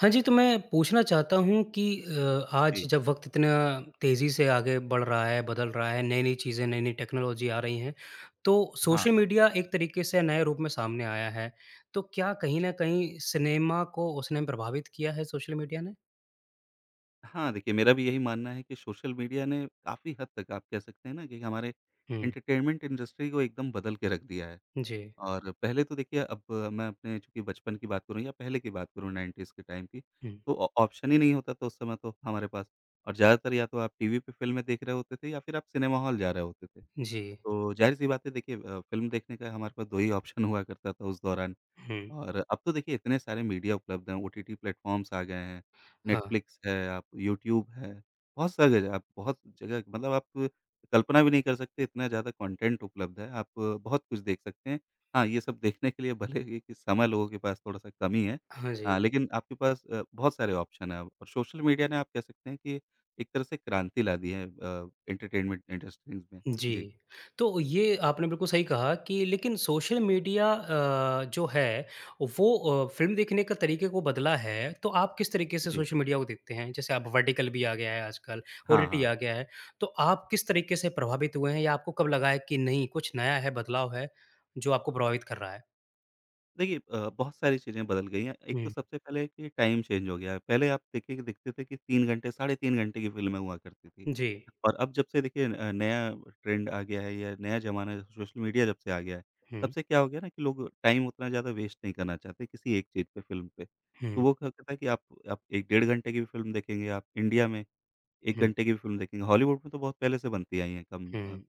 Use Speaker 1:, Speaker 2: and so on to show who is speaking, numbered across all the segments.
Speaker 1: हाँ जी, तो मैं पूछना चाहता हूँ कि आज
Speaker 2: जी।
Speaker 1: जब वक़्त इतना तेज़ी से आगे बढ़ रहा है, बदल रहा है, नई-नई चीज़ें, नई-नई टेक्नोलॉजी आ रही हैं, तो
Speaker 2: हाँ,
Speaker 1: सोशल मीडिया एक तरीके से नए रूप में सामने आया है। तो क्या कहीं न कहीं सिनेमा को उसने प्रभावित किया है सोशल मीडिया ने?
Speaker 2: हाँ, देखिए मेरा भी यही मानना है कि सोशल मीडिया ने काफ़ी हद तक आप कह सकते हैं ना कि हमारे
Speaker 1: हुँ,
Speaker 2: एंटरटेनमेंट इंडस्ट्री को एकदम बदल के रख दिया है।
Speaker 1: जी।
Speaker 2: और पहले तो देखिए अब मैं अपने चूँकि बचपन की बात करूँ या पहले की बात करूँ 90s के टाइम की,
Speaker 1: हुँ,
Speaker 2: तो ऑ ऑप्शन ही नहीं होता था उस समय तो हमारे पास। और ज़्यादातर या तो आप टीवी पे फ़िल्में देख रहे होते थे या फिर आप सिनेमा हॉल जा रहे होते थे।
Speaker 1: जी।
Speaker 2: तो ज़ाहिर-सी बात है देखिए फ़िल्म देखने का हमारे पास 2 ही ऑप्शन हुआ करता था उस दौरान।
Speaker 1: हुँ,
Speaker 2: और अब तो देखिए इतने सारे मीडिया उपलब्ध हैं, ओटीटी प्लेटफ़ॉर्म्स आ गए हैं,
Speaker 1: हाँ।
Speaker 2: नेटफ्लिक्स है, आप यूट्यूब है, बहुत जगह मतलब आप कल्पना भी नहीं कर सकते, इतना ज़्यादा कंटेंट उपलब्ध है, आप बहुत कुछ देख सकते हैं। हाँ, ये सब देखने के लिए भले ही कि समय लोगों के पास थोड़ा-सा कमी है,
Speaker 1: हाँ जी।
Speaker 2: लेकिन आपके पास बहुत सारे ऑप्शन हैं अब और सोशल मीडिया ने आप कह सकते हैं कि एक तरह से क्रांति ला दी है, एंटरटेनमेंट इंडस्ट्रीज़ में।
Speaker 1: जी।
Speaker 2: जी।
Speaker 1: तो ये आपने बिल्कुल सही कहा कि लेकिन सोशल मीडिया जो है वो फ़िल्म देखने का तरीके को बदला है, तो आप किस तरीके से
Speaker 2: जी।
Speaker 1: सोशल मीडिया को देखते हैं? जैसे अब वर्टिकल भी आ गया है आजकल,
Speaker 2: हाँ,
Speaker 1: ओटीटी
Speaker 2: हाँ।
Speaker 1: आ गया है, तो आप किस तरीके से प्रभावित हुए हैं या आपको कब लगा है कि नहीं कुछ नया है, बदलाव है, जो आपको प्रभावित कर रहा है?
Speaker 2: देखिए बहुत सारी चीज़ें बदल गई हैं। एक तो
Speaker 1: हुँ,
Speaker 2: सबसे पहले कि टाइम चेंज हो गया है। पहले आप देखिए कि देखते थे कि 3 घंटे, साढ़े 3 घंटे की फ़िल्में हुआ करती थी
Speaker 1: जी।
Speaker 2: और अब जब से देखिए नया ट्रेंड आ गया है या नया ज़माना है, सोशल मीडिया जब से आ गया है, तब
Speaker 1: हुँ,
Speaker 2: से क्या हो गया ना कि लोग टाइम उतना ज़्यादा वेस्ट नहीं करना चाहते किसी एक चीज़ पे, फ़िल्म पे। तो
Speaker 1: हुँ,
Speaker 2: वो कहता है कि आप 1 डेढ़ घंटे की भी फ़िल्म देखेंगे, आप इंडिया में 1
Speaker 1: हुँ,
Speaker 2: घंटे की भी फ़िल्म देखेंगे। हॉलीवुड में तो बहुत पहले से बनती आई हैं कम अ,
Speaker 1: हुँ,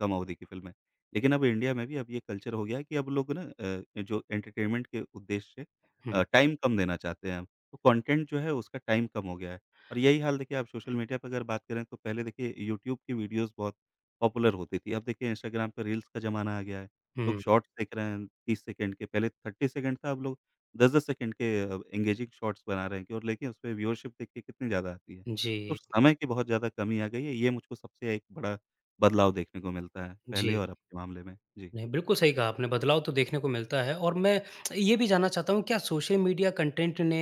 Speaker 2: कम अवधि की फ़िल्में। लेकिन अब इंडिया में भी अब ये कल्चर हो गया है कि अब लोग ना, जो एंटरटेनमेंट के उद्देश्य से
Speaker 1: हुँ,
Speaker 2: टाइम कम देना चाहते हैं। तो कंटेंट जो है उसका टाइम कम हो गया है और यही हाल देखिए आप सोशल मीडिया पे अगर बात करें तो पहले देखिए यूट्यूब की वीडियोज़ बहुत पॉपुलर होती थी। अब देखिए इंस्टाग्राम पे रील्स का ज़माना आ गया है। लोग
Speaker 1: हुँ,
Speaker 2: शॉर्ट्स देख रहे हैं 30 सेकंड के, पहले 30 सेकंड था, अब लोग 10-10 सेकंड के एंगेजिंग शॉर्ट्स बना रहे हैं, कि और लेकिन उसपे व्यूअरशिप देखिए कितनी ज़्यादा आती है। तो
Speaker 1: जी,
Speaker 2: समय की बहुत ज़्यादा कमी आ गई है, ये मुझको सबसे एक बड़ा बदलाव देखने को मिलता है, पहले
Speaker 1: जी।
Speaker 2: और अब के मामले में। जी।
Speaker 1: नहीं, बिल्कुल सही कहा आपने, बदलाव तो देखने को मिलता है और मैं ये भी जानना चाहता हूँ क्या सोशल मीडिया कंटेंट ने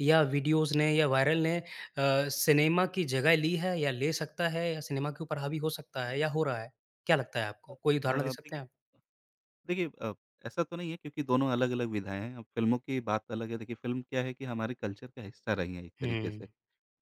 Speaker 1: या वीडियोज़ ने या वायरल ने सिनेमा की जगह ली है या ले सकता है या सिनेमा के ऊपर हावी हो सकता है या हो रहा है? क्या लगता है आपको? कोई उदाहरण दे
Speaker 2: अ,
Speaker 1: सकते
Speaker 2: देखिए
Speaker 1: हैं आप?
Speaker 2: देखिए अ, ऐसा तो नहीं है क्योंकि दोनों अलग-अलग विधाएँ हैं। अब फ़िल्मों की बात अलग है, देखिए फ़िल्म क्या है कि हमारे कल्चर का हिस्सा रही हैं एक तरीके
Speaker 1: हुँ।
Speaker 2: से।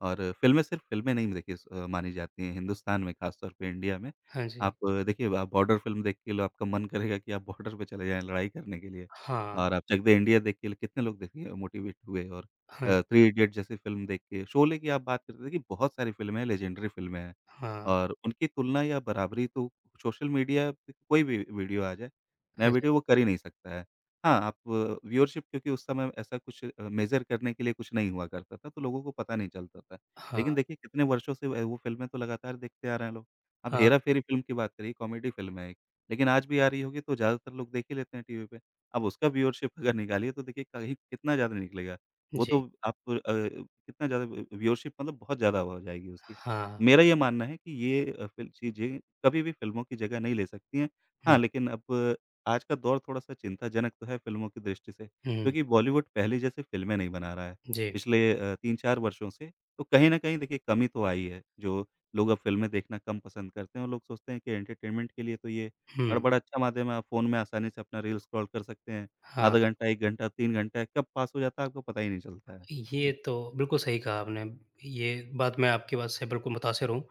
Speaker 2: और फ़िल्में सिर्फ़ फ़िल्में नहीं देखिए मानी जाती हैं हिंदुस्तान में, ख़ास तौर पे इंडिया में।
Speaker 1: हाँ जी।
Speaker 2: आप, देखिए आप बॉर्डर फ़िल्म देख के लो, आपका मन करेगा कि आप बॉर्डर पे चले जाएँ लड़ाई करने के लिए,
Speaker 1: हाँ।
Speaker 2: और आप चक दे इंडिया देख के कितने लोग देखिए मोटिवेट हुए, और
Speaker 1: हाँ जी।
Speaker 2: थ्री इडियट जैसी फ़िल्म देख के, शोले की आप बात करते देखिए, बहुत सारी फ़िल्में हैं, लेजेंडरी फ़िल्में हैं
Speaker 1: हाँ।
Speaker 2: और उनकी तुलना या बराबरी तो सोशल मीडिया पे कोई भी वीडियो आ जाए, नया
Speaker 1: हाँ जी।
Speaker 2: वीडियो, वो कर ही नहीं सकता है। हाँ, आप व्यूअरशिप क्योंकि उस समय ऐसा कुछ मेज़र करने के लिए कुछ नहीं हुआ करता था, तो लोगों को पता नहीं चलता था। लेकिन
Speaker 1: हाँ।
Speaker 2: देखिए कितने वर्षों से व वो फ़िल्में तो लगातार देखते आ रहे हैं लोग। अब
Speaker 1: हाँ।
Speaker 2: हेरा-फेरी फ़िल्म की बात करिए, कॉमेडी फ़िल्म है एक, लेकिन आज भी आ रही होगी तो ज़्यादातर लोग देख ही लेते हैं टीवी पे। अब उसका व्यूअरशिप अगर निकालिए तो देखिए कहीं कितना ज़्यादा निकलेगा। वो तो
Speaker 1: जी।
Speaker 2: आप, कितना ज़्यादा व व्यूअरशिप मतलब बहुत ज़्यादा हो जाएगी उसकी।
Speaker 1: हाँ।
Speaker 2: मेरा ये मानना है कि ये, अ, फ़िल चीज़ें कभी भी फ़िल्मों की जगह नहीं ले सकती हैं। हाँ,
Speaker 1: हुँ।
Speaker 2: लेकिन अब आज का दौर थोड़ा-सा चिंताजनक तो है फ़िल्मों की दृष्टि से,
Speaker 1: हुँ।
Speaker 2: क्योंकि बॉलीवुड पहले जैसे फ़िल्में नहीं बना रहा है,
Speaker 1: जी।
Speaker 2: पिछले 3-4 वर्षों से। तो कहीं न कहीं देखिए कमी तो आई है, जो लोग अब फ़िल्में देखना कम पसंद करते हैं और लोग सोचते हैं कि एंटरटेनमेंट के लिए तो ये और
Speaker 1: हुँ।
Speaker 2: बड़ा अच्छा माध्यम है, आप फ़ोन में आसानी से अपना रील स्क्रॉल कर सकते हैं।
Speaker 1: हाँ।
Speaker 2: आधा घंटा, 1 घंटा, 3 घंटा कब पास हो जाता है आपको पता ही नहीं चलता है।
Speaker 1: ये
Speaker 2: जी,
Speaker 1: तो बिल्कुल सही कहा आपने। ये बात मैं आपकी बात से बिल्कुल मुतासिर हूँ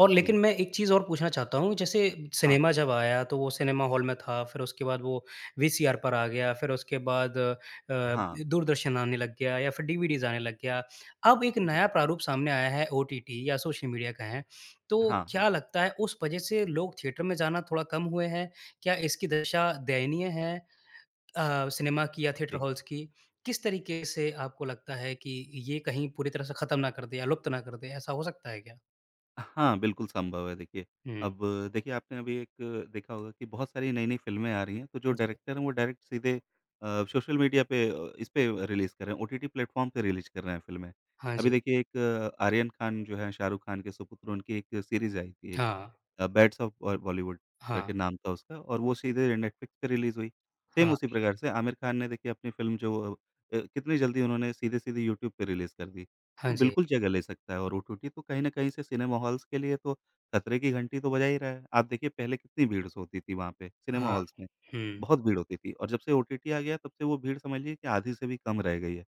Speaker 1: और लेकिन
Speaker 2: जी।
Speaker 1: मैं एक चीज़ और पूछना चाहता हूँ, जैसे
Speaker 2: हाँ, हाँ।
Speaker 1: सिनेमा जब आया तो वो सिनेमा हॉल में था, फिर उसके बाद वो वीसीआर पर आ गया, फिर उसके बाद
Speaker 2: हाँ,
Speaker 1: दूरदर्शन आने लग गया या फिर डीवीडीज़ आने लग गया। अब एक
Speaker 2: जी।
Speaker 1: नया प्रारूप सामने आया है ओटीटी या सोशल मीडिया का है, तो
Speaker 2: हाँ, हाँ।
Speaker 1: क्या लगता है उस वजह से लोग थिएटर में जाना थोड़ा कम हुए हैं? क्या इसकी दशा दयनीय है? सिनेमा की या थिएटर
Speaker 2: जी।
Speaker 1: हॉल्स की, किस तरीके से आपको लगता है कि ये कहीं पूरी तरह से ख़त्म ना कर दे या लुप्त ना कर दे, ऐसा हो सकता है क्या?
Speaker 2: हाँ, बिल्कुल संभव है देखिए।
Speaker 1: हुँ।
Speaker 2: अब देखिए आपने अभी एक देखा होगा कि बहुत सारी नई-नई फ़िल्में आ रही हैं, तो जो
Speaker 1: जी।
Speaker 2: डायरेक्टर हैं वो डायरेक्ट सीधे सोशल मीडिया पे, इस पे रिलीज़ कर रहे हैं, ओटीटी प्लेटफ़ॉर्म पे रिलीज़ कर रहे हैं फ़िल्में।
Speaker 1: हाँ
Speaker 2: अभी
Speaker 1: जी।
Speaker 2: देखिए एक, आर्यन खान जो है, शाहरुख खान के सुपुत्र, उनकी एक सीरीज़ आई थी एक,
Speaker 1: हाँ,
Speaker 2: अ, बैट्स ऑफ बॉ बॉलीवुड करके
Speaker 1: हाँ,
Speaker 2: नाम था उसका, और वो सीधे नेटफ्लिक्स पे रिलीज़ हुई। सेम
Speaker 1: हाँ,
Speaker 2: उसी प्रकार से आमिर खान ने देखिए अपनी फ़िल्म जो कितनी जल्दी उन्होंने सीधे-सीधे यूट्यूब पे रिलीज़ कर दी। तो
Speaker 1: हाँ जी,
Speaker 2: बिल्कुल जगह ले सकता है और ओटीटी तो कहीं न कहीं से सिनेमा हॉल्स के लिए तो खतरे की घंटी तो बजा ही रहा है। आप देखिए पहले कितनी भीड़ होती थी वहाँ पे सिनेमा
Speaker 1: हाँ,
Speaker 2: हॉल्स में,
Speaker 1: हुँ,
Speaker 2: बहुत भीड़ होती थी और जब से ओटीटी आ गया तब से वो भीड़ समझ लीजिए कि आधी से भी कम रह गई है।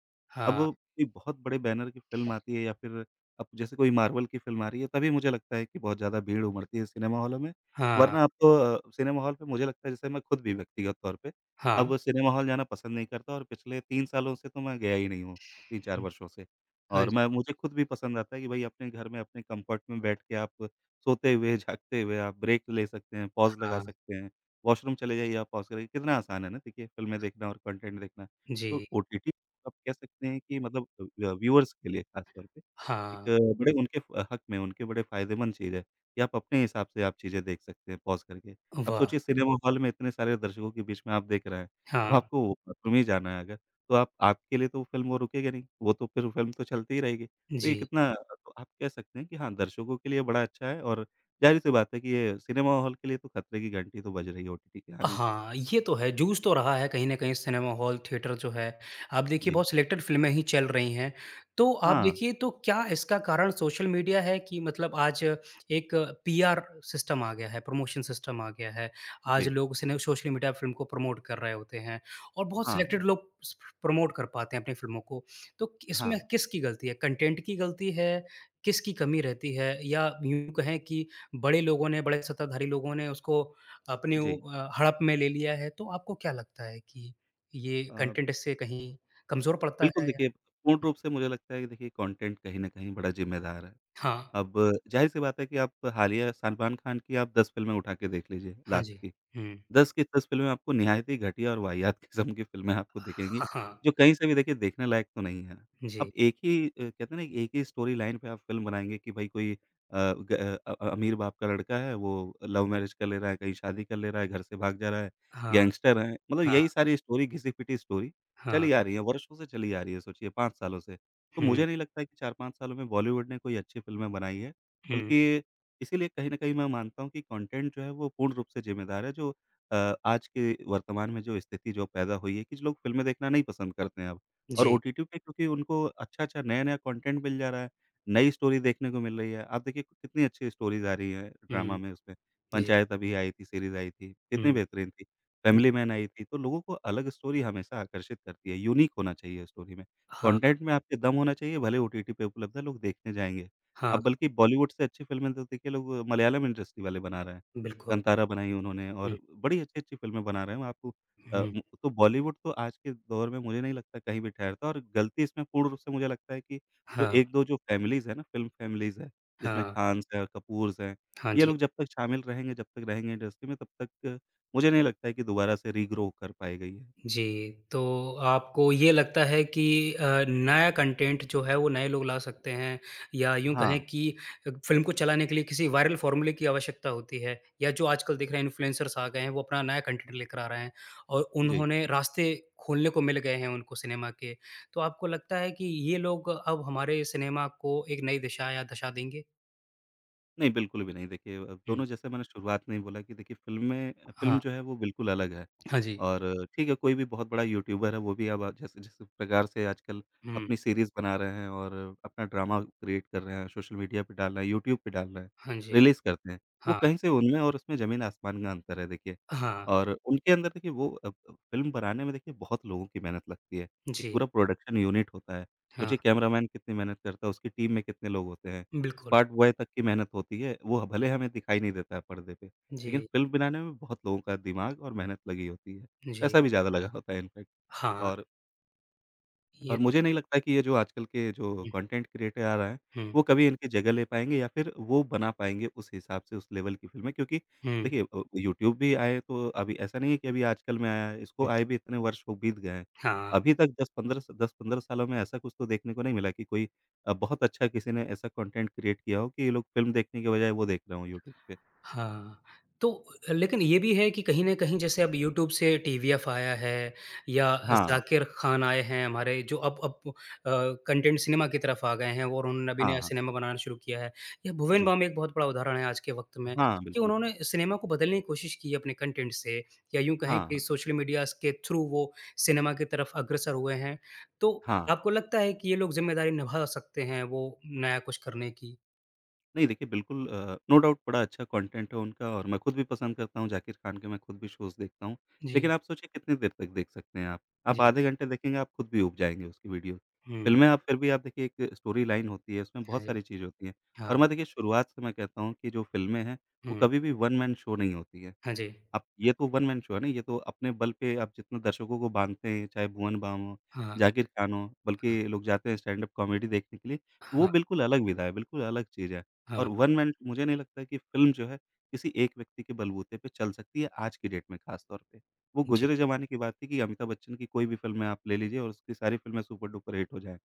Speaker 2: अब
Speaker 1: हाँ,
Speaker 2: वो कोई बहुत बड़े बैनर की फ़िल्म आती है या फिर अब जैसे कोई मार्वल की फ़िल्म आ रही है, तभी मुझे लगता है कि बहुत ज़्यादा भीड़ उमड़ती है सिनेमा हॉलों में,
Speaker 1: हाँ,
Speaker 2: वरना अब तो सिनेमा हॉल पे मुझे लगता है, जैसे मैं खुद भी व्यक्तिगत तौर पे
Speaker 1: हाँ,
Speaker 2: अब सिनेमा हॉल जाना पसंद नहीं करता, और पिछले 3 सालों से तो मैं गया ही नहीं हूँ, 3-4
Speaker 1: हुँ,
Speaker 2: वर्षों से।
Speaker 1: हाँ
Speaker 2: और
Speaker 1: जी,
Speaker 2: मैं, मुझे खुद भी पसंद आता है कि भई अपने घर में अपने कम्फ़र्ट में बैठ के आप सोते हुए, जागते हुए आप ब्रेक ले सकते हैं, पॉज़ लगा
Speaker 1: हाँ,
Speaker 2: सकते हैं, वॉशरूम चले जाइए आप पॉज़ करिए, कितना आसान है ना देखिए फ़िल्में देखना और कंटेंट देखना।
Speaker 1: जी,
Speaker 2: तो ओटीटी आप कह सकते हैं कि मतलब, व्यूअर्स के लिए ख़ास तौर पे।
Speaker 1: हाँ,
Speaker 2: एक बड़े उनके, हक में, उनके बड़े फ़ायदेमंद चीज़ है कि आप अपने हिसाब से आप चीज़ें देख सकते हैं पॉज़ करके। अब
Speaker 1: वाह!
Speaker 2: सोचिए सिनेमा हॉल में इतने सारे दर्शकों के बीच में आप देख रहे हैं, अब
Speaker 1: हाँ,
Speaker 2: आपको बाथरूम ही जाना है अगर, तो आप आपके लिए तो फ़िल्म वो रुकेगी नहीं, वो तो फिर फ़िल्म तो चलती ही रहेगी। तो ये
Speaker 1: जी।
Speaker 2: कितना, तो आप कह सकते हैं कि हाँ, दर्शकों के लिए बड़ा अच्छा है और ज़ाहिर-सी बात है कि ये सिनेमा हॉल के लिए तो खतरे की घंटी तो बज रही है ओटीटी के आने से।
Speaker 1: हाँ, ये तो है, जूझ तो रहा है कहीं न कहीं सिनेमा हॉल, थिएटर जो है। आप देखिए
Speaker 2: जी।
Speaker 1: बहुत सिलेक्टेड फ़िल्में ही चल रही हैं। तो आप
Speaker 2: हाँ,
Speaker 1: देखिए तो क्या इसका कारण सोशल मीडिया है कि मतलब आज एक पीआर सिस्टम आ गया है, प्रमोशन सिस्टम आ गया है। आज
Speaker 2: जी।
Speaker 1: लोग सिने सोशल मीडिया फ़िल्म को प्रमोट कर रहे होते हैं और बहुत
Speaker 2: हाँ,
Speaker 1: सिलेक्टेड
Speaker 2: हाँ।
Speaker 1: लोग स प्रमोट कर पाते हैं अपनी फ़िल्मों को। तो क
Speaker 2: हाँ,
Speaker 1: इसमें किसकी गलती है? कंटेंट की गलती है? किसकी कमी रहती है? या यूँ कहें कि बड़े लोगों ने, बड़े सत्ताधारी लोगों ने उसको अपने वो
Speaker 2: जी।
Speaker 1: हड़प में ले लिया है, तो आपको क्या लगता है कि ये
Speaker 2: अ
Speaker 1: कंटेंट इससे कहीं कमज़ोर पड़ता
Speaker 2: बिल्कुल,
Speaker 1: है या
Speaker 2: देखिए पूर्ण रूप से मुझे लगता है कि देखिए कंटेंट कहीं न कहीं बड़ा ज़िम्मेदार है।
Speaker 1: हाँ,
Speaker 2: अब ज़ाहिर-सी बात है कि आप हालिया सलमान खान की आप 10 फ़िल्में उठा के देख लीजिए
Speaker 1: हाँ
Speaker 2: लास्ट
Speaker 1: जी।
Speaker 2: की,
Speaker 1: हुँ।
Speaker 2: 10 की 10 फ़िल्में आपको निहायत ही घटिया और वाहियात किस्म की फ़िल्में आपको दिखेंगी,
Speaker 1: हाँ, हाँ।
Speaker 2: जो कहीं से भी देखिए देखने लायक तो नहीं है। अब
Speaker 1: जी।
Speaker 2: एक ही, कहते हैं ना कि एक ही स्टोरी लाइन पे आप फ़िल्म बनाएँगे कि भाई कोई, ग अमीर बाप का लड़का है, वो लव मैरिज कर ले रहा है, कहीं शादी कर ले रहा है, घर से भाग जा रहा है,
Speaker 1: हाँ,
Speaker 2: गैंगस्टर है, मतलब
Speaker 1: हाँ,
Speaker 2: यही सारी स्टोरी घिसी-पिटी स्टोरी
Speaker 1: हाँ।
Speaker 2: चली आ रही है, वर्षों से चली आ रही है, सोचिए 5 सालों से। तो
Speaker 1: हुँ,
Speaker 2: मुझे नहीं लगता है कि 4-5 सालों में बॉलीवुड ने कोई अच्छी फ़िल्में बनाई हैं,
Speaker 1: हुँ।
Speaker 2: बल्कि इसीलिए कहीं न कहीं मैं मानता हूँ कि कंटेंट जो है वो पूर्ण रूप से ज़िम्मेदार है, जो आज के वर्तमान में जो स्थिति जो पैदा हुई है कि लोग फ़िल्में देखना नहीं पसंद करते हैं अब, और
Speaker 1: जी।
Speaker 2: ओटीटी पे क्योंकि उनको अच्छा-अच्छा, नया-नया कंटेंट मिल जा रहा है, नई स्टोरी देखने को मिल रही है। आप देखिए कितनी अच्छी स्टोरीज़ आ रही हैं ड्रामा
Speaker 1: हुँ,
Speaker 2: में उसमें।
Speaker 1: जी।
Speaker 2: पंचायत अभी आई थी, सीरीज़ आई थी, कितनी
Speaker 1: हुँ,
Speaker 2: बेहतरीन थी।
Speaker 1: हुँ।
Speaker 2: फैमिली मैन आई थी, तो लोगों को अलग स्टोरी हमेशा आकर्षित करती है, यूनिक होना चाहिए स्टोरी में।
Speaker 1: हाँ,
Speaker 2: कंटेंट में आपके दम होना चाहिए, भले ओटीटी पे उपलब्ध है, लोग देखने जाएँगे।
Speaker 1: हाँ,
Speaker 2: अब बल्कि बॉलीवुड से अच्छी फ़िल्में तो देखिए लोग मलयालम इंडस्ट्री वाले बना रहे हैं।
Speaker 1: बिल्कुल।
Speaker 2: कांतारा बनाई उन्होंने
Speaker 1: हुँ,
Speaker 2: और बड़ी अच्छी-अच्छी फ़िल्में बना रहे हैं आपको,
Speaker 1: हुँ।
Speaker 2: तो बॉलीवुड तो आज के दौर में मुझे नहीं लगता कहीं भी ठहरता, और गलती इसमें पूर्ण रूप से मुझे लगता है कि जो
Speaker 1: हाँ,
Speaker 2: 1-2 जो फ़ैमिलीज़ है ना, फ़िल्म फ़ैमिलीज़ है, जिसमें
Speaker 1: हाँ।
Speaker 2: खान्स हैं, कपूर्स हैं,
Speaker 1: हाँ
Speaker 2: ये
Speaker 1: जी।
Speaker 2: लोग जब तक शामिल रहेंगे, जब तक रहेंगे इंडस्ट्री में तब तक मुझे नहीं लगता है कि दोबारा से रीग्रो कर पाएगा ये।
Speaker 1: जी, तो आपको ये लगता है कि नया कंटेंट जो है वो नए लोग ला सकते हैं या यूँ कहें
Speaker 2: हाँ,
Speaker 1: कि फ़िल्म को चलाने के लिए किसी वायरल फ़ॉर्मूले की आवश्यकता होती है या जो आजकल दिख रहे हैं इन्फ्लुएंसर्स आ गए हैं वो अपना नया कंटेंट लेकर आ रहे हैं और
Speaker 2: जी।
Speaker 1: उन्होंने रास्ते खोलने को मिल गए हैं उनको सिनेमा के। तो आपको लगता है कि ये लोग अब हमारे सिनेमा को एक नई दिशा या दशा देंगे?
Speaker 2: नहीं, बिल्कुल भी नहीं देखिए
Speaker 1: हुँ,
Speaker 2: दोनों जैसे मैंने शुरुआत में ही बोला कि देखिए फ़िल्में
Speaker 1: हाँ,
Speaker 2: फ़िल्म जो है वो बिल्कुल अलग है
Speaker 1: हाँ जी।
Speaker 2: और ठीक है, कोई भी बहुत बड़ा यूट्यूबर है, वो भी अब जैसे जिस प्रकार से आजकल
Speaker 1: हुँ,
Speaker 2: अपनी सीरीज़ बना रहे हैं और अपना ड्रामा क्रिएट कर रहे हैं, सोशल मीडिया पे डाल रहे हैं, यूट्यूब पे डाल रहे हैं,
Speaker 1: हाँ जी,
Speaker 2: रिलीज़ करते हैं। वो
Speaker 1: हाँ,
Speaker 2: कहीं से उनमें और उसमें ज़मीन-आसमान का अंतर है देखिए
Speaker 1: हाँ,
Speaker 2: और उनके अंदर देखिए वो फ़िल्म बनाने में देखिए बहुत लोगों की मेहनत लगती है। एक पूरा
Speaker 1: जी,
Speaker 2: प्रोडक्शन यूनिट होता है।
Speaker 1: हाँ,
Speaker 2: सोचिए कैमरामैन कितनी मेहनत करता है, उसकी टीम में कितने लोग होते हैं।
Speaker 1: बिल्कुल।
Speaker 2: स्पार्ट बॉय तक की मेहनत होती है, वो भले हमें दिखाई नहीं देता है पर्दे पे, लेकिन
Speaker 1: जी,
Speaker 2: फ़िल्म बनाने में बहुत लोगों का दिमाग और मेहनत लगी होती है।
Speaker 1: जी।
Speaker 2: पैसा भी ज़्यादा लगा होता है इनफैक्ट
Speaker 1: हाँ,
Speaker 2: और
Speaker 1: ये तो
Speaker 2: मुझे नहीं लगता कि ये जो आजकल के जो
Speaker 1: हुँ,
Speaker 2: कंटेंट क्रिएटर आ रहे हैं,
Speaker 1: हुँ,
Speaker 2: वो कभी इनकी जगह ले पाएँगे या फिर वो बना पाएँगे उस हिसाब से उस लेवल की फ़िल्में क्योंकि
Speaker 1: हुँ,
Speaker 2: देखिए यूट्यूब भी आए तो अभी ऐसा नहीं है कि अभी आजकल में आया है, इसको
Speaker 1: हुँ,
Speaker 2: आए भी इतने वर्ष हो बीत गए हैं।
Speaker 1: हाँ,
Speaker 2: अभी तक 10-15 सालों में ऐसा कुछ तो देखने को नहीं मिला कि कोई बहुत अच्छा किसी ने ऐसा कंटेंट क्रिएट किया हो कि ये लोग फ़िल्म देखने के बजाय वो देख रहे हों यूट्यूब पे।
Speaker 1: हाँ, तो लेकिन ये भी है कि कहीं न कहीं जैसे अब यूट्यूब से टीवीएफ आया है या
Speaker 2: हाँ,
Speaker 1: ज़ाकिर खान आए हैं हमारे जो अब कंटेंट सिनेमा की तरफ आ गए हैं और उन्होंने अभी
Speaker 2: हाँ,
Speaker 1: नया
Speaker 2: हाँ।
Speaker 1: सिनेमा बनाना शुरू किया है। या भुवन
Speaker 2: जी।
Speaker 1: बाम एक बहुत बड़ा उदाहरण है आज के वक़्त में
Speaker 2: हाँ,
Speaker 1: कि
Speaker 2: बिल्कुल।
Speaker 1: उन्होंने सिनेमा को बदलने की कोशिश की है अपने कंटेंट से या यूँ कहें
Speaker 2: हाँ,
Speaker 1: कि
Speaker 2: हाँ।
Speaker 1: सोशल मीडियाज़ के थ्रू वो सिनेमा की तरफ अग्रसर हुए हैं। तो
Speaker 2: हाँ।
Speaker 1: आपको लगता है कि ये लोग ज़िम्मेदारी निभा सकते हैं वो नया कुछ करने की?
Speaker 2: नहीं देखिए बिल्कुल नो डाउट बड़ा अच्छा कंटेंट है उनका और मैं खुद भी पसंद करता हूँ जाकिर खान के मैं खुद भी शोज़ देखता हूँ। लेकिन
Speaker 1: जी,
Speaker 2: आप सोचिए कितनी देर तक देख सकते हैं आप? आप
Speaker 1: जी।
Speaker 2: आधे घंटे देखेंगे आप खुद भी ऊब जाएँगे उसकी वीडियो।
Speaker 1: हुँ,
Speaker 2: फ़िल्में आप फिर भी आप देखिए एक स्टोरी लाइन होती है उसमें
Speaker 1: हाँ
Speaker 2: बहुत
Speaker 1: जी,
Speaker 2: सारी चीज़ होती हैं। और
Speaker 1: हाँ।
Speaker 2: मैं देखिए शुरुआत से मैं कहता हूँ कि जो फ़िल्में हैं वो
Speaker 1: हुँ।
Speaker 2: कभी भी वन मैन शो नहीं होती है।
Speaker 1: हाँ जी।
Speaker 2: आप ये तो वन मैन शो है ना, ये तो अपने बल पे आप जितना दर्शकों को बाँधते हैं, चाहे भुवन बाम हो,
Speaker 1: हाँ,
Speaker 2: जाकिर खान हो,
Speaker 1: हाँ,
Speaker 2: बल्कि लोग जाते हैं स्टैंड अप कॉमेडी देखने के लिए,
Speaker 1: हाँ,
Speaker 2: वो
Speaker 1: हाँ।
Speaker 2: बिल्कुल अलग विधा है, बिल्कुल अलग चीज़ है। और
Speaker 1: हाँ,
Speaker 2: वन मैन मुझे नहीं लगता है कि फ़िल्म जो है, किसी एक व्यक्ति के बलबूते पे चल सकती है आज की डेट में ख़ास तौर पे। वो
Speaker 1: जी,
Speaker 2: गुज़रे ज़माने की बात थी कि अमिताभ बच्चन की कोई भी फ़िल्में आप ले लीजिए और उसकी सारी फ़िल्में सुपर डुपर हिट हो जाएँ।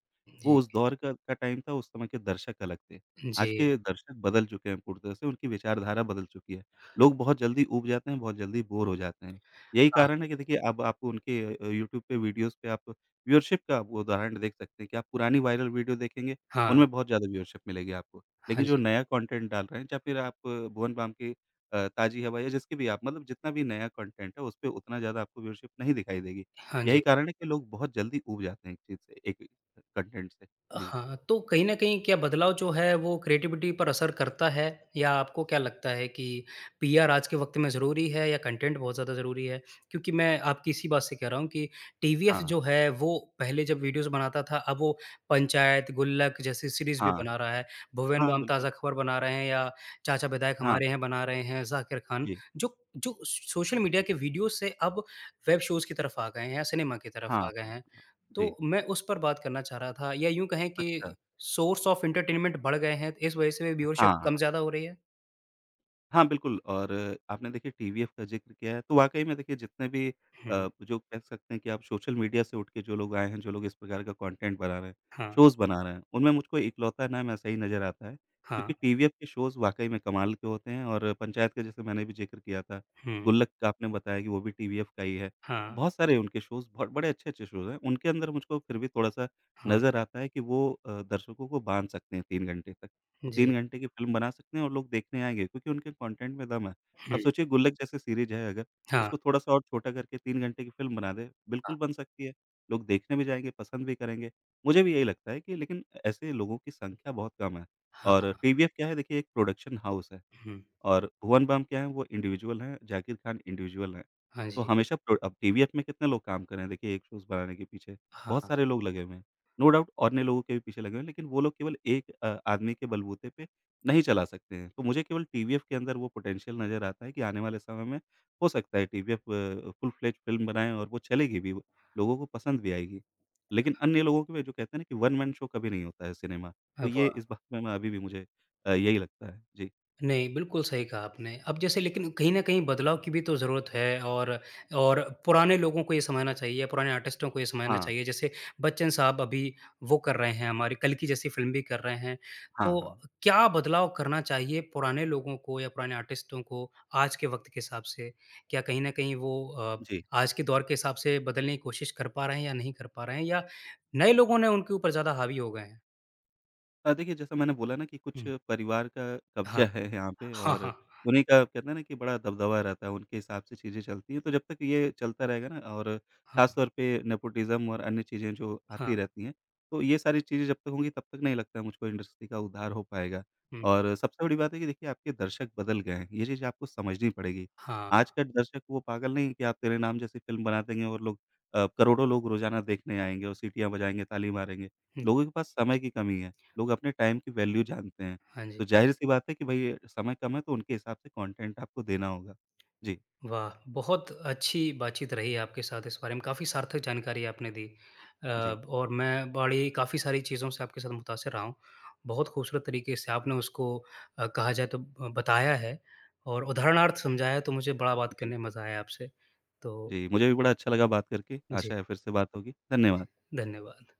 Speaker 2: वो
Speaker 1: जी,
Speaker 2: उस दौर का टाइम था, उस समय के दर्शक अलग थे। आज
Speaker 1: जी।
Speaker 2: के दर्शक बदल चुके हैं पूरी तरह से, उनकी विचारधारा बदल चुकी है। लोग बहुत जल्दी ऊब जाते हैं, बहुत जल्दी बोर हो जाते हैं। यही
Speaker 1: हाँ,
Speaker 2: कारण है कि देखिए अब आपको उनके यूट्यूब पे वीडियोज़ पे आप व्यूअरशिप का आप उदाहरण देख सकते हैं कि आप पुरानी वायरल वीडियो देखेंगे,
Speaker 1: हाँ।
Speaker 2: उनमें बहुत ज़्यादा व्यूअरशिप मिलेगी आपको।
Speaker 1: हाँ
Speaker 2: लेकिन जो
Speaker 1: जी,
Speaker 2: नया कंटेंट डाल रहे हैं या फिर आप भुवन बाम की ताज़ी हवा या जिसकी भी आप मतलब जितना भी नया कंटेंट है, उसपे उतना ज़्यादा आपको व्यूअरशिप नहीं दिखाई देगी।
Speaker 1: हाँ
Speaker 2: यही
Speaker 1: जी।
Speaker 2: कारण है कि लोग बहुत जल्दी ऊब जाते हैं एक चीज़ से, एक कंटेंट से। जी।
Speaker 1: हाँ, तो कहीं न कहीं क्या बदलाव जो है वो क्रिएटिविटी पर असर करता है? या आपको क्या लगता है कि पीआर आज के वक़्त में ज़रूरी है या कंटेंट बहुत ज़्यादा ज़रूरी है? क्योंकि मैं आपकी इसी बात से कह रहा हूँ कि टीवीएफ
Speaker 2: हाँ,
Speaker 1: जो है वो पहले जब वीडियोज़ बनाता था अब वो पंचायत, गुल्लक जैसी सीरीज़ भी
Speaker 2: हाँ,
Speaker 1: बना रहा है। भुवन
Speaker 2: हाँ,
Speaker 1: बाम
Speaker 2: बिल्कुल।
Speaker 1: ताज़ा खबर बना रहे हैं या चाचा विधायक
Speaker 2: हाँ,
Speaker 1: हमारे हैं बना रहे हैं, ज़ाकिर खान
Speaker 2: जी।
Speaker 1: जो जो सोशल मीडिया के वीडियो से अब वेब शोज़ की तरफ आ गए हैं या सिनेमा की तरफ
Speaker 2: हाँ,
Speaker 1: आ गए
Speaker 2: हाँ,
Speaker 1: हैं।
Speaker 2: जी।
Speaker 1: तो मैं उस पर बात करना चाह रहा था या यूँ कहें
Speaker 2: अच्छा।
Speaker 1: कि सोर्स ऑफ एंटरटेनमेंट बढ़ गए हैं, इस वजह से व्यूअरशिप
Speaker 2: हाँ।
Speaker 1: कम ज़्यादा हो रही है।
Speaker 2: हाँ, बिल्कुल और आपने देखिए टीवीएफ का ज़िक्र किया है, तो वाक़ई में देखिए जितने भी
Speaker 1: हुँ,
Speaker 2: जो कह सकते हैं कि आप सोशल मीडिया से उठ के जो लोग आए हैं, जो लोग इस प्रकार का कंटेंट बना रहे हैं,
Speaker 1: हाँ,
Speaker 2: शोज़ बना रहे हैं, उनमें मुझको इकलौता नाम ऐसा ही नज़र आता है,
Speaker 1: हाँ,
Speaker 2: क्योंकि टीवीएफ के शोज़ वाक़ई में कमाल के होते हैं और पंचायत का जैसे मैंने भी ज़िक्र किया था,
Speaker 1: हुँ,
Speaker 2: गुल्लक का आपने बताया कि वो भी टीवीएफ का ही है।
Speaker 1: हाँ,
Speaker 2: बहुत सारे उनके शोज़ बहुत बड़े अच्छे-अच्छे शोज़ हैं, उनके अंदर मुझको फिर भी थोड़ा-सा
Speaker 1: हाँ,
Speaker 2: नज़र आता है कि वो दर्शकों को बाँध सकते हैं 3 घंटे तक। वो 3
Speaker 1: जी,
Speaker 2: घंटे की फ़िल्म बना सकते हैं और लोग देखने आएँगे क्योंकि उनके कंटेंट में दम है। आप
Speaker 1: हुँ,
Speaker 2: सोचिए गुल्लक जैसे सीरीज़ है अगर,
Speaker 1: हाँ,
Speaker 2: उसको थोड़ा-सा और छोटा करके 3 घंटे की फ़िल्म बना दें,
Speaker 1: हाँ,
Speaker 2: बिल्कुल बन सकती है। लोग देखने भी जाएँगे, पसंद भी करेंगे। मुझे भी यही लगता है कि लेकिन ऐसे लोगों की संख्या बहुत कम है
Speaker 1: हाँ,
Speaker 2: और टीवीएफ क्या है देखिए एक प्रोडक्शन हाउस है।
Speaker 1: हुँ,
Speaker 2: और भुवन बाम क्या हैं, वो इंडिविजुअल हैं, जाकिर खान इंडिविजुअल हैं।
Speaker 1: हाँ
Speaker 2: तो
Speaker 1: जी,
Speaker 2: हमेशा प्रो अब टीवीएफ में कितने लोग काम कर रहे हैं, देखिए एक शोज़ बनाने के पीछे, बहुत
Speaker 1: हाँ,
Speaker 2: सारे लोग लगे हुए हैं। नो डाउट अन्य लोगों के भी पीछे लगे हुए हैं, लेकिन वो लोग केवल एक आदमी के बलबूते पे नहीं चला सकते हैं। तो मुझे केवल टीवीएफ के अंदर वो पोटेंशियल नज़र आता है कि आने वाले समय में हो सकता है टीवीएफ फुल फ्लेज्ड फ़िल्म बनाएँ और वो चलेगी भी, लोगों को पसंद भी आएगी। लेकिन अन्य लोगों के में जो कहते हैं ना कि वन मैन शो कभी नहीं होता है सिनेमा, तो ये
Speaker 1: वाह!
Speaker 2: इस बात में मैं अभी भी मुझे अ, यही लगता है। जी।
Speaker 1: नहीं, बिल्कुल सही कहा आपने। अब जैसे लेकिन कहीं न कहीं बदलाव की भी तो ज़रूरत है और और पुराने लोगों को ये समझना चाहिए, पुराने आर्टिस्टों को ये समझना
Speaker 2: हाँ।
Speaker 1: चाहिए। जैसे बच्चन साहब अभी वो कर रहे हैं, हमारी कल की जैसी फ़िल्म भी कर रहे हैं।
Speaker 2: हाँ,
Speaker 1: तो
Speaker 2: हाँ।
Speaker 1: क्या बदलाव करना चाहिए पुराने लोगों को या पुराने आर्टिस्टों को आज के वक़्त के हिसाब से? क्या कहीं न कहीं वो
Speaker 2: जी।
Speaker 1: आज के दौर के हिसाब से बदलने की कोशिश कर पा रहे हैं या नहीं कर पा रहे हैं? या नए लोगों ने उनके ऊपर ज़्यादा हावी हो गए हैं?
Speaker 2: देखिए, जैसा मैंने बोला ना कि कुछ
Speaker 1: हुँ,
Speaker 2: परिवार का
Speaker 1: हाँ।
Speaker 2: कब्ज़ा है यहाँ पे
Speaker 1: हाँ,
Speaker 2: और
Speaker 1: हाँ।
Speaker 2: उन्हीं का कहते हैं ना कि बड़ा दबदबा रहता है, उनके हिसाब से चीज़ें चलती हैं। तो जब तक ये चलता रहेगा ना और
Speaker 1: हाँ,
Speaker 2: ख़ास तौर पे नेपोटिज़्म और अन्य चीज़ें जो
Speaker 1: हाँ।
Speaker 2: आती रहती हैं, तो ये सारी चीज़ें जब तक होंगी तब तक नहीं लगता है मुझको इंडस्ट्री का उद्धार हो पाएगा।
Speaker 1: हुँ,
Speaker 2: और सबसे बड़ी बात है कि देखिए आपके दर्शक बदल गए हैं, ये चीज़ आपको समझनी पड़ेगी।
Speaker 1: हाँ।
Speaker 2: आज
Speaker 1: हाँ,
Speaker 2: का दर्शक वो पागल नहीं है कि आप तेरे नाम जैसी फ़िल्म बना देंगे और लोग करोड़ों लोग रोज़ाना देखने आएँगे और सीटियाँ बजाएँगे, ताली मारेंगे।
Speaker 1: हाँ।
Speaker 2: लोगों के पास समय की कमी है। लोग अपने टाइम की वैल्यू जानते हैं।
Speaker 1: हाँ जी,
Speaker 2: तो ज़ाहिर-सी बात है कि भई समय कम है तो उनके हिसाब से कंटेंट आपको देना होगा। जी,
Speaker 1: वाह! बहुत अच्छी बातचीत रही आपके साथ इस बारे में, काफ़ी सार्थक जानकारी आपने दी।
Speaker 2: जी,
Speaker 1: और मैं बड़ी काफ़ी सारी चीज़ों से आपके साथ मुतासिर रहा हूँ। बहुत खूबसूरत तरीके से आपने उसको कहा जाए तो बताया है और उदाहरणार्थ समझाया, तो मुझे बड़ा बात
Speaker 2: जी,
Speaker 1: करने में मज़ा आया आपसे। तो
Speaker 2: जी। मुझे भी बड़ा अच्छा लगा बात करके,
Speaker 1: जी,
Speaker 2: आशा है फिर से बात होगी। धन्यवाद।
Speaker 1: धन्यवाद।